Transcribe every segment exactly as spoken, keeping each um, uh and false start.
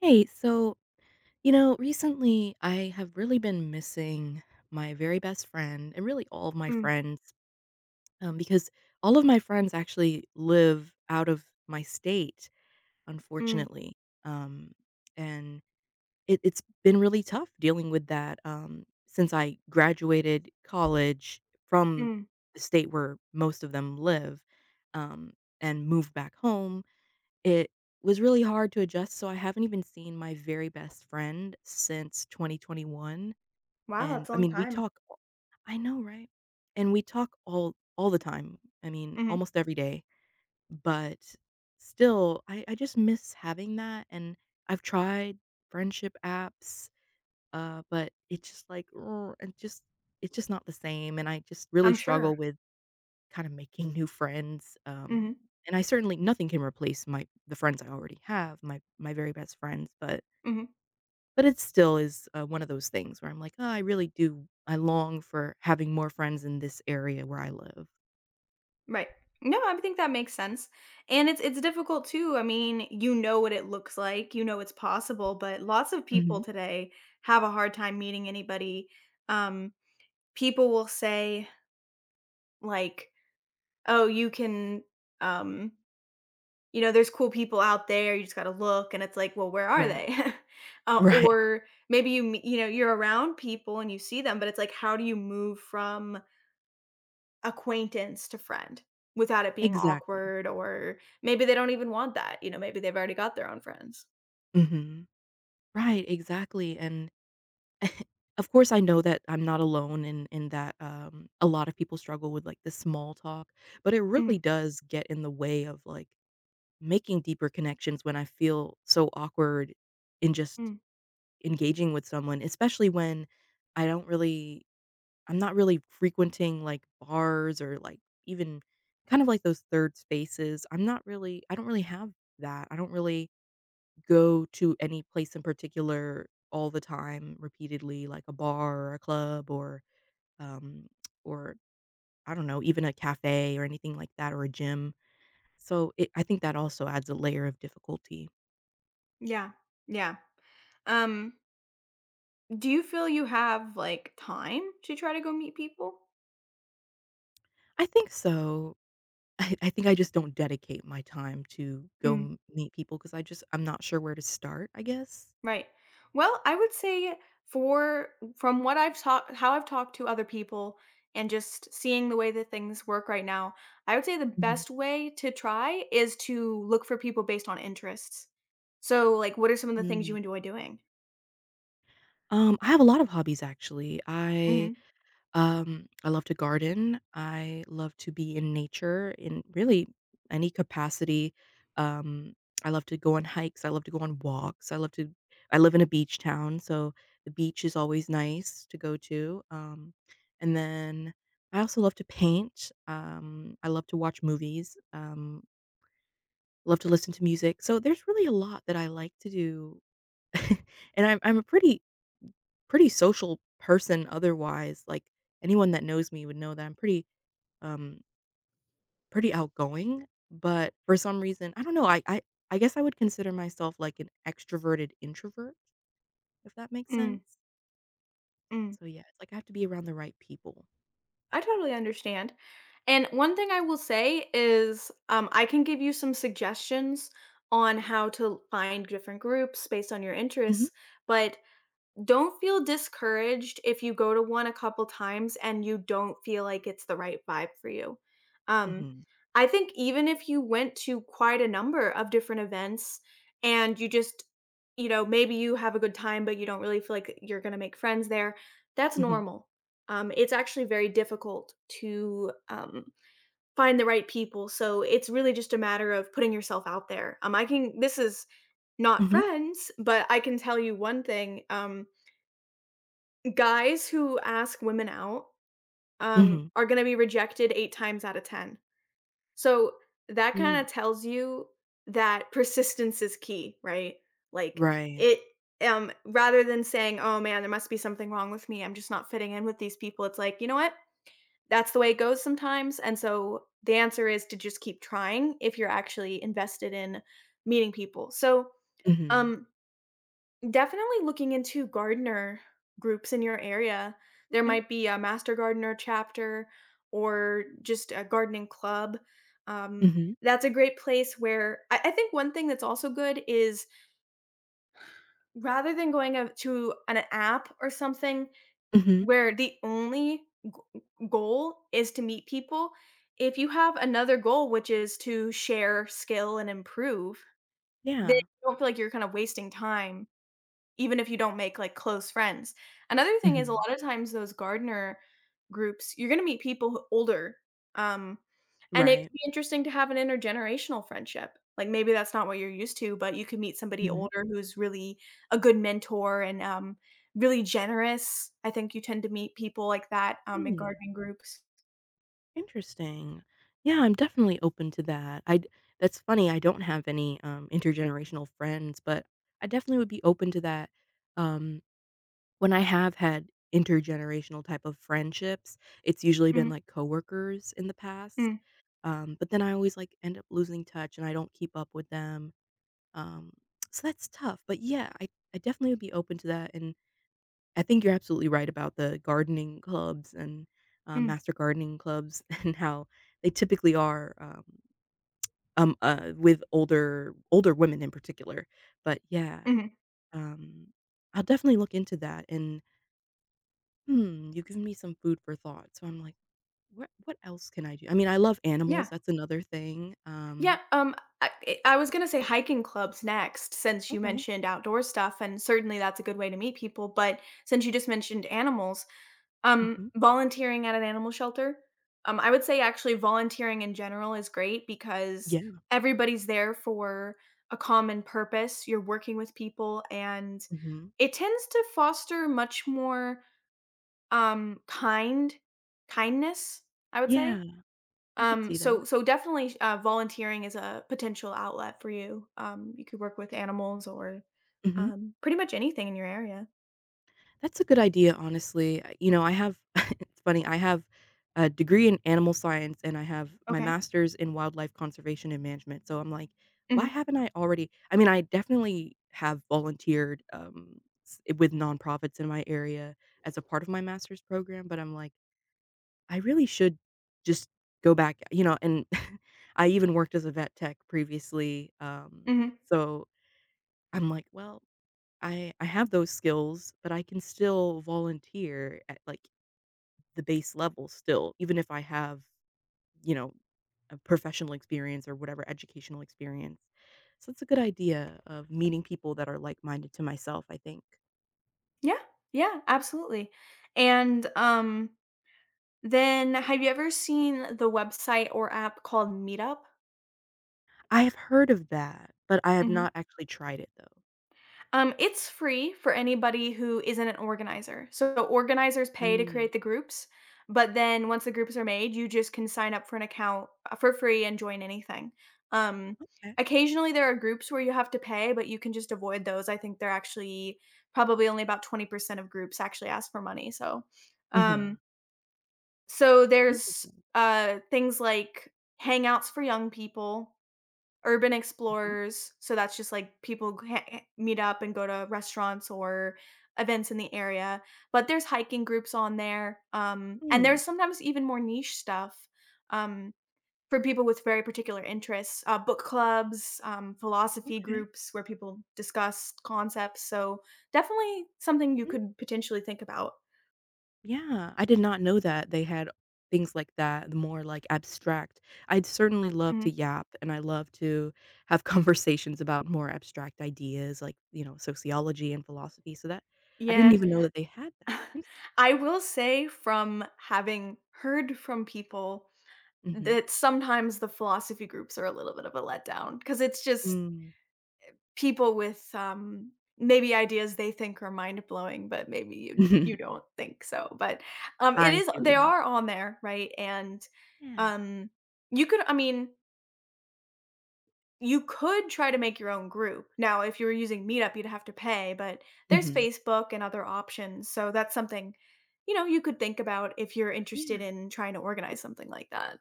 Hey, so, you know, recently I have really been missing my very best friend and really all of my Mm, friends um, because all of my friends actually live out of my state, mm, unfortunately. Um, and it, it's been really tough dealing with that um, since I graduated college from mm. the state where most of them live um, and moved back home it was really hard to adjust, so I haven't even seen my very best friend since twenty twenty-one, Wow, and, that's a I long mean, we time. talk all- I know, right? And we talk all all the time, I mean, Mhm. almost every day, but still, I I just miss having that, and I've tried friendship apps, uh, but it's just like, "Ugh," and just it's just not the same, and I just really I'm struggle sure. with kinda making new friends, um, Mhm, and I certainly nothing can replace my the friends I already have, my my very best friends, but mhm. but it still is, uh, one of those things where I'm like, "Oh, I really do I long for having more friends in this area where I live." Right. No, I think that makes sense. And it's it's difficult too. I mean, you know what it looks like, you know it's possible, but lots of people Mhm. today have a hard time meeting anybody. Um, People will say like, "Oh, you can um You know, there's cool people out there, you just gotta look," and it's like, "Well, where are Right. they?" Uh, Right. Or maybe you me you know, you're around people and you see them, but it's like, how do you move from acquaintance to friend without it being Exactly. awkward? Or maybe they don't even want that, you know, maybe they've already got their own friends. Mhm. Right, exactly, and of course, I know that I'm not alone in in that, um, a lot of people struggle with, like, the small talk, but it Mhm, really does get in the way of, like, making deeper connections when I feel so awkward in just mm, engaging with someone, especially when I don't really I'm not really frequenting like bars or like even kind of like those third spaces. I'm not really I don't really have that. I don't really go to any place in particular all the time repeatedly like a bar or a club or um or I don't know, even a cafe or anything like that or a gym. So it, I think that also adds a layer of difficulty. yeah, yeah. Um, do you feel you have, like, time to try to go meet people? I think so. I I think I just don't dedicate my time to go Mm. m meet people because I just I'm not sure where to start, I guess. Right. Well, I would say for from what I've talked how I've talked to other people and just seeing the way that things work right now, I would say the Mhm. best way to try is to look for people based on interests. So, like, what are some of the things you Mm. enjoy doing? Um, I have a lot of hobbies, actually. I Mhm. Um, I love to garden. I love to be in nature in really any capacity. Um, I love to go on hikes. I love to go on walks. I love to I live in a beach town, so the beach is always nice to go to. Um, and then I also love to paint. Um, I love to watch movies. Um, love to listen to music. So there's really a lot that I like to do. and I'm I'm a pretty pretty social person otherwise. Like anyone that knows me would know that I'm pretty um pretty outgoing, but for some reason, I don't know, I I I guess I would consider myself like an extroverted introvert if that makes Mm, sense. mm. So yeah, it's like I have to be around the right people. I totally understand. And one thing I will say is um, I can give you some suggestions on how to find different groups based on your Mhm. interests, but don't feel discouraged if you go to one a couple times and you don't feel like it's the right vibe for you. Um, Mhm. I think even if you went to quite a number of different events and you just, you know, maybe you have a good time, but you don't really feel like you're going to make friends there, that's Mhm. normal. Um, it's actually very difficult to um, find the right people. So it's really just a matter of putting yourself out there. Um, I can, this is not Mhm. friends, but I can tell you one thing. Um, Guys who ask women out, um, Mhm. are gonna be rejected eight times out of ten. So, that kinda Mm. tells you that persistence is key, right? Like, Right. it um, rather than saying, "Oh, man, there must be something wrong with me, I'm just not fitting in with these people," it's like, "You know what? That's the way it goes sometimes," and so, the answer is to just keep trying if you're actually invested in meeting people. So, Mhm. um definitely looking into gardener groups in your area. There Okay. might be a master gardener chapter or just a gardening club. Um, Mhm. that's a great place where I, I think one thing that's also good is rather than going out to an app or something Mhm. where the only g- goal is to meet people, if you have another goal, which is to share skill and improve, then you Yeah. don't feel like you're kind of wasting time even if you don't make, like, close friends. Another thing is a Mhm. lot of times those gardener groups, you're gonna meet people who older, um, and it Right. can be interesting to have an intergenerational friendship. Like, maybe that's not what you're used to, but you could meet somebody Mhm. older who's really a good mentor and, um, really generous. I think you tend to meet people like that, um, in Mm. gardening groups. Interesting. Yeah, I'm definitely open to that. I that's funny. I don't have any um, intergenerational friends, but I definitely would be open to that. Um, when I have had intergenerational type of friendships, it's usually been Mhm, like coworkers in the past. mm, Um, but then I always like end up losing touch, and I don't keep up with them. Um, so that's tough. But yeah, I I definitely would be open to that. And I think you're absolutely right about the gardening clubs and, uh, mm, master gardening clubs and how they typically are, um, um, uh, with older older women in particular. But yeah, mhm. um, I'll definitely look into that and, hmm, you've given me some food for thought, so I'm like, "What what else can I do?" I mean, I love Yeah. animals, that's another thing, Yeah, um um, I eh, I was gonna say hiking clubs next, since you Okay. mentioned outdoor stuff, and certainly that's a good way to meet people, but since you just mentioned animals, um, Mhm. volunteering at an animal shelter, um, I would say actually volunteering in general is great because Yeah, everybody's there for a common purpose. You're working with people, and mhm. it tends to foster much more, um, kind kindness, I would say. Yeah, I could Um, see so that. so definitely uh, volunteering is a potential outlet for you. Um, you could work with animals or Mhm. um, pretty much anything in your area. That's a good idea, honestly. Uh, You know, I have it's funny, I have a degree in animal science and I have my Okay. master's in wildlife conservation and management. So I'm like, why Hmm, haven't I already? I mean, I definitely have volunteered um, s- with nonprofits in my area as a part of my master's program, but I'm like, I really should just go back, you know, and I even worked as a vet tech previously. Um, hmm. so I'm like, well, I I have those skills, but I can still volunteer at, like, the base level still, even if I have, you know, a professional experience or whatever educational experience. So it's a good idea of meeting people that are like-minded to myself, I think. Yeah. Yeah. Absolutely. And um, then have you ever seen the website or app called Meetup? I have heard of that, but I have not Mm-hmm. actually tried it, though. Um, it's free for anybody who isn't an organizer. So organizers pay to Mm, create the groups, but then once the groups are made, you just can sign up for an account uh, for free and join anything. Um, okay. occasionally there are groups where you have to pay, but you can just avoid those. I think they're actually probably only about twenty percent of groups actually ask for money. So um Mhm. so there's Interesting. uh things like hangouts for young people, urban Mhm. explorers, so that's just like people g- ha- meet up and go to restaurants or events in the area. But there's hiking groups on there, um, and Hmm, there's sometimes even more niche stuff um, for people with very particular interests. Uh, book clubs, um, philosophy okay. groups where people discuss concepts. So definitely something you could potentially think about. Yeah, I did not know that they had things like that, more like abstract. I'd certainly love to Mhm. yap and I love to have conversations about more abstract ideas like, you know, sociology and philosophy. So that I didn't Yeah. even know that they had that. Interest I will say from having heard from people Mhm. that sometimes the philosophy groups are a little bit of a letdown because it's just Mm. people with, um, maybe ideas they think are mind-blowing, but maybe you you don't think so, but, um, it I is see what you they mean. are on there, right, and, Yeah. um, you could I mean, you could try to make your own group. Now, if you were using Meetup, you'd have to pay, but there's Mhm. Facebook and other options, so that's something, you know, you could think about if you're interested Yeah, in trying to organize something like that.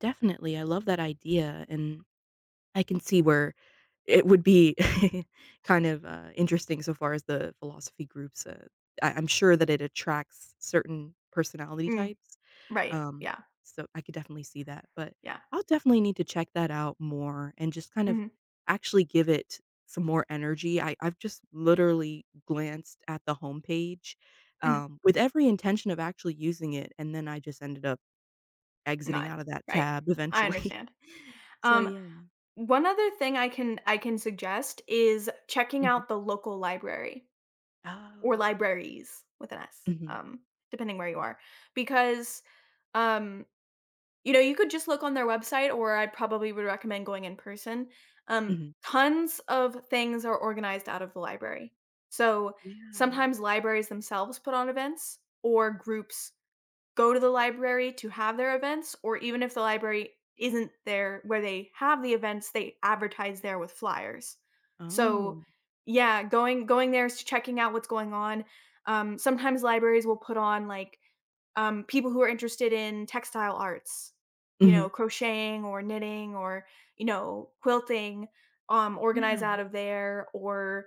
definitely. I love that idea and I can see where it would be kind of, uh, interesting so far as the philosophy groups, uh, I I'm sure that it attracts certain personality Mm, types, right, um, yeah, so I could definitely see that, but yeah, I'll definitely need to check that out more and just kind of mhm. actually give it some more energy. I I've just literally glanced at the homepage, Mhm, um, with every intention of actually using it, and then I just ended up exiting not, out of that right. tab I eventually. understand. So, Um, yeah. one other thing I can I can suggest is checking Mhm. out the local library Oh, or yeah. libraries with an S, Mhm, um, depending where you are, because, um, you know, you could just look on their website or I probably would recommend going in person. Um, mhm. tons of things are organized out of the library. So, Yeah. sometimes libraries themselves put on events or groups go to the library to have their events, or even if the library isn't there where they have the events, they advertise there with flyers. So, Oh. yeah, going going there is checking out what's going on. Um, sometimes libraries will put on like um, people who are interested in textile arts, you Mhm. know, crocheting or knitting or, you know, quilting, um, organize Yeah. out of there or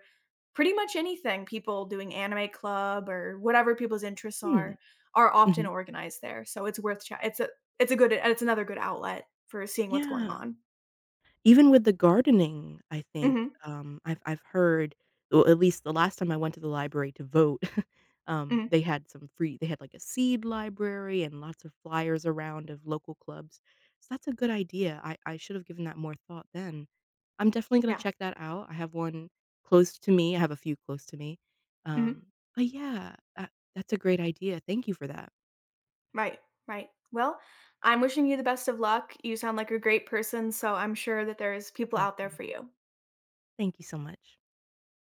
pretty much anything. People doing anime club or whatever people's interests Hmm, are are often mhm. organized there. So it's worth che it's a it's a good it's another good outlet for seeing what's going Yeah. on. Even with the gardening, I think, Mhm, um, I've I've heard well, at least the last time I went to the library to vote, um, mhm, they had some free they had, like, a seed library and lots of flyers around of local clubs. So that's a good idea. I I should have given that more thought then. I'm definitely gonna yeah, check that out. I have one close to me. I have a few close to me. mhm, Um, but yeah, that that's a great idea. Thank you for that. right, right. Well, I'm wishing you the best of luck. You sound like a great person, so I'm sure that there's people Thank out there you. for you. Thank you so much.